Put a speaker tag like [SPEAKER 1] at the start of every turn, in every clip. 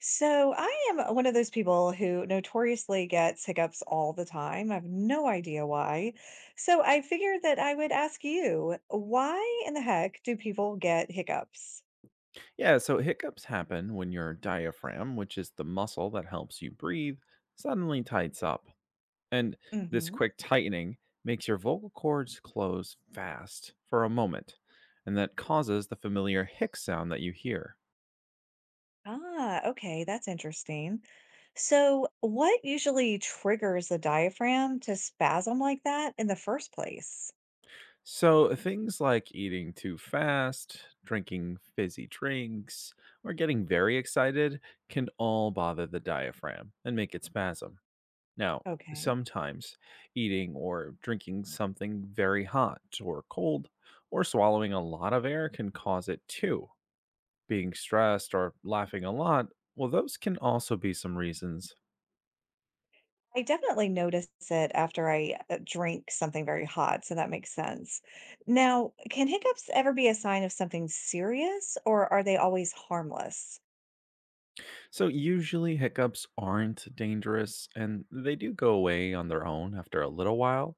[SPEAKER 1] So I am one of those people who notoriously gets hiccups all the time. I have no idea why. So I figured that I would ask you, why in the heck do people get hiccups?
[SPEAKER 2] Yeah, so hiccups happen when your diaphragm, which is the muscle that helps you breathe, suddenly tights up. And this
[SPEAKER 1] Hmm.
[SPEAKER 2] quick tightening makes your vocal cords close fast for a moment, and that causes the familiar hic sound that you hear.
[SPEAKER 1] Ah, okay, that's interesting. So what usually triggers the diaphragm to spasm like that in the first place?
[SPEAKER 2] So things like eating too fast, drinking fizzy drinks, or getting very excited can all bother the diaphragm and make it spasm. Now,
[SPEAKER 1] Okay.
[SPEAKER 2] sometimes eating or drinking something very hot or cold or swallowing a lot of air can cause it too. Being stressed or laughing a lot, well, those can also be some reasons.
[SPEAKER 1] I definitely notice it after I drink something very hot, so that makes sense. Now, can hiccups ever be a sign of something serious, or are they always harmless?
[SPEAKER 2] So, usually hiccups aren't dangerous and they do go away on their own after a little while.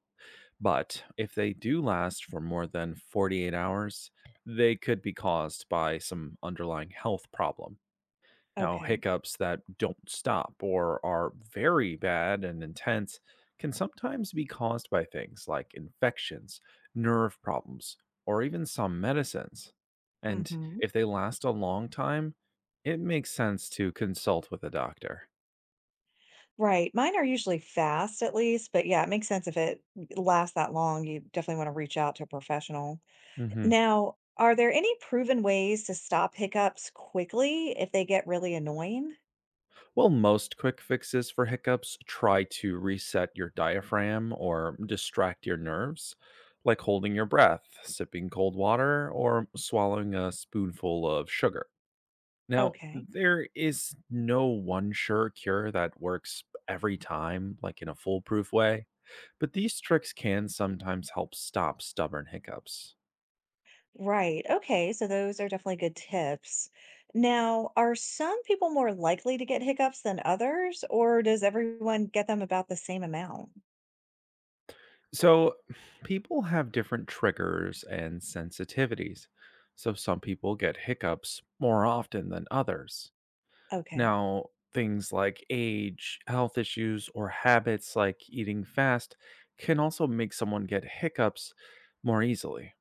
[SPEAKER 2] But if they do last for more than 48 hours, they could be caused by some underlying health problem. Now,
[SPEAKER 1] Okay.
[SPEAKER 2] hiccups that don't stop or are very bad and intense can sometimes be caused by things like infections, nerve problems, or even some medicines. And
[SPEAKER 1] Hmm.
[SPEAKER 2] if they last a long time, it makes sense to consult with a doctor.
[SPEAKER 1] Right. Mine are usually fast, at least, but yeah, it makes sense if it lasts that long. You definitely want to reach out to a professional.
[SPEAKER 2] Hmm.
[SPEAKER 1] Now, are there any proven ways to stop hiccups quickly if they get really annoying?
[SPEAKER 2] Well, most quick fixes for hiccups try to reset your diaphragm or distract your nerves, like holding your breath, sipping cold water, or swallowing a spoonful of sugar. Now,
[SPEAKER 1] Okay.
[SPEAKER 2] there is no one sure cure that works every time, like in a foolproof way, but these tricks can sometimes help stop stubborn hiccups.
[SPEAKER 1] Right. Okay. So those are definitely good tips. Now, are some people more likely to get hiccups than others, or does everyone get them about the same amount?
[SPEAKER 2] So, people have different triggers and sensitivities. So, some people get hiccups more often than others.
[SPEAKER 1] Okay.
[SPEAKER 2] Now, things like age, health issues, or habits like eating fast can also make someone get hiccups more easily.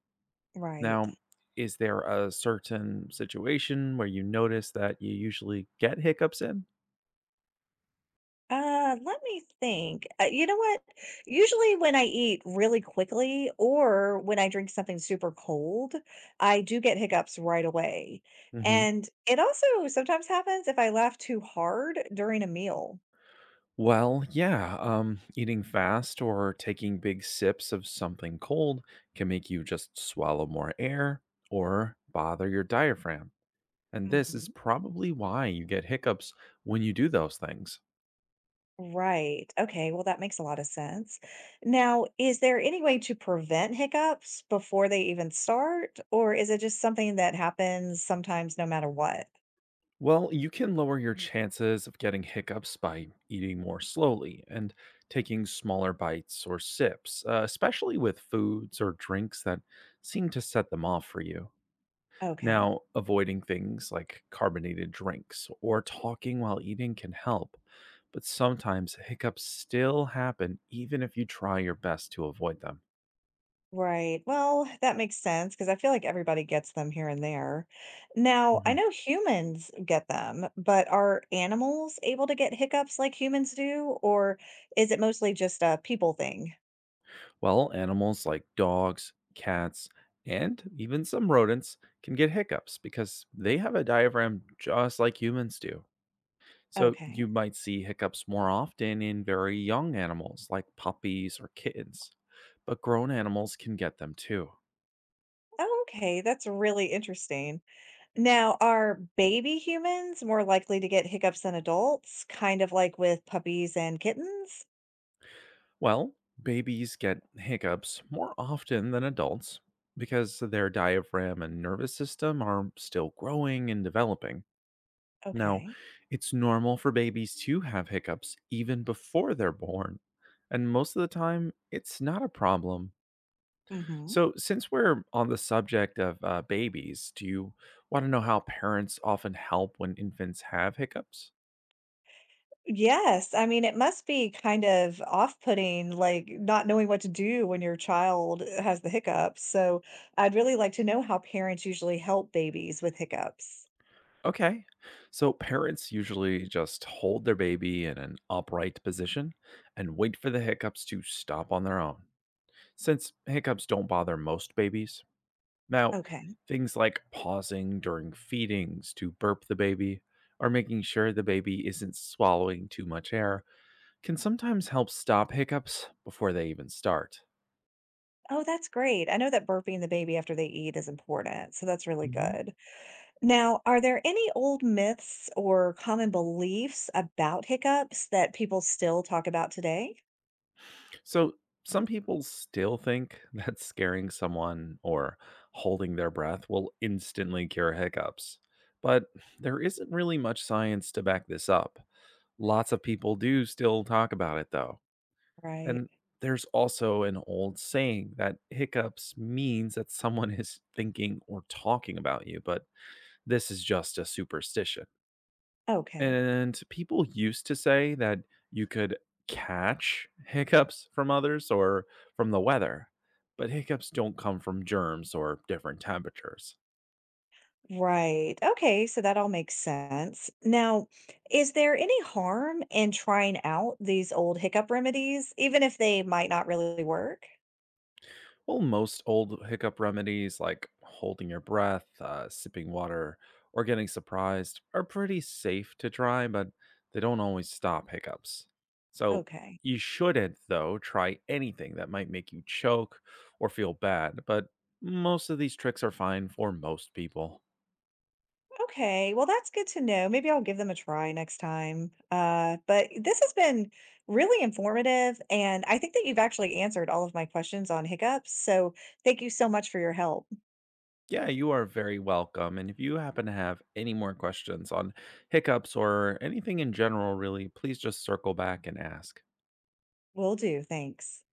[SPEAKER 1] Right.
[SPEAKER 2] Now, is there a certain situation where you notice that you usually get hiccups in?
[SPEAKER 1] Let me think. You know what? Usually when I eat really quickly or when I drink something super cold, I do get hiccups right away.
[SPEAKER 2] Mhm.
[SPEAKER 1] And it also sometimes happens if I laugh too hard during a meal.
[SPEAKER 2] Well, yeah, eating fast or taking big sips of something cold can make you just swallow more air or bother your diaphragm. And this is
[SPEAKER 1] Hmm.
[SPEAKER 2] probably why you get hiccups when you do those things.
[SPEAKER 1] Right. Okay. Well, that makes a lot of sense. Now, is there any way to prevent hiccups before they even start, or is it just something that happens sometimes no matter what?
[SPEAKER 2] Well, you can lower your chances of getting hiccups by eating more slowly and taking smaller bites or sips, especially with foods or drinks that seem to set them off for you.
[SPEAKER 1] Okay.
[SPEAKER 2] Now, avoiding things like carbonated drinks or talking while eating can help, but sometimes hiccups still happen even if you try your best to avoid them.
[SPEAKER 1] Right. Well, that makes sense because I feel like everybody gets them here and there. Now, I know humans get them, but are animals able to get hiccups like humans do, or is it mostly just a people thing?
[SPEAKER 2] Well, animals like dogs, cats, and even some rodents can get hiccups because they have a diaphragm just like humans do. So
[SPEAKER 1] Okay.
[SPEAKER 2] you might see hiccups more often in very young animals like puppies or kittens, but grown animals can get them too.
[SPEAKER 1] Oh, okay. That's really interesting. Now, are baby humans more likely to get hiccups than adults, kind of like with puppies and kittens?
[SPEAKER 2] Well, babies get hiccups more often than adults because their diaphragm and nervous system are still growing and developing. Now,
[SPEAKER 1] Okay.
[SPEAKER 2] it's normal for babies to have hiccups even before they're born, and most of the time, it's not a problem.
[SPEAKER 1] Mm-hmm.
[SPEAKER 2] So, since we're on the subject of babies, do you want to know how parents often help when infants have hiccups?
[SPEAKER 1] Yes, I mean, it must be kind of off-putting, like, not knowing what to do when your child has the hiccups, so I'd really like to know how parents usually help babies with hiccups.
[SPEAKER 2] Okay. So, parents usually just hold their baby in an upright position and wait for the hiccups to stop on their own, since hiccups don't bother most babies. Now,
[SPEAKER 1] Okay.
[SPEAKER 2] things like pausing during feedings to burp the baby or making sure the baby isn't swallowing too much air can sometimes help stop hiccups before they even start.
[SPEAKER 1] Oh, that's great. I know that burping the baby after they eat is important, so that's really
[SPEAKER 2] Mhm.
[SPEAKER 1] good. Now, are there any old myths or common beliefs about hiccups that people still talk about today?
[SPEAKER 2] So, some people still think that scaring someone or holding their breath will instantly cure hiccups. But there isn't really much science to back this up. Lots of people do still talk about it, though.
[SPEAKER 1] Right.
[SPEAKER 2] And there's also an old saying that hiccups means that someone is thinking or talking about you, but this is just a superstition.
[SPEAKER 1] Okay.
[SPEAKER 2] And people used to say that you could catch hiccups from others or from the weather, but hiccups don't come from germs or different temperatures.
[SPEAKER 1] Right. Okay. So that all makes sense. Now, is there any harm in trying out these old hiccup remedies, even if they might not really work?
[SPEAKER 2] Well, most old hiccup remedies like holding your breath, sipping water, or getting surprised are pretty safe to try, but they don't always stop hiccups. So
[SPEAKER 1] Okay.
[SPEAKER 2] you shouldn't, though, try anything that might make you choke or feel bad, but most of these tricks are fine for most people.
[SPEAKER 1] Okay. Well, that's good to know. Maybe I'll give them a try next time. But this has been really informative. And I think that you've actually answered all of my questions on hiccups. So thank you so much for your help.
[SPEAKER 2] Yeah, you are very welcome. And if you happen to have any more questions on hiccups or anything in general, really, please just circle back and ask.
[SPEAKER 1] Will do. Thanks.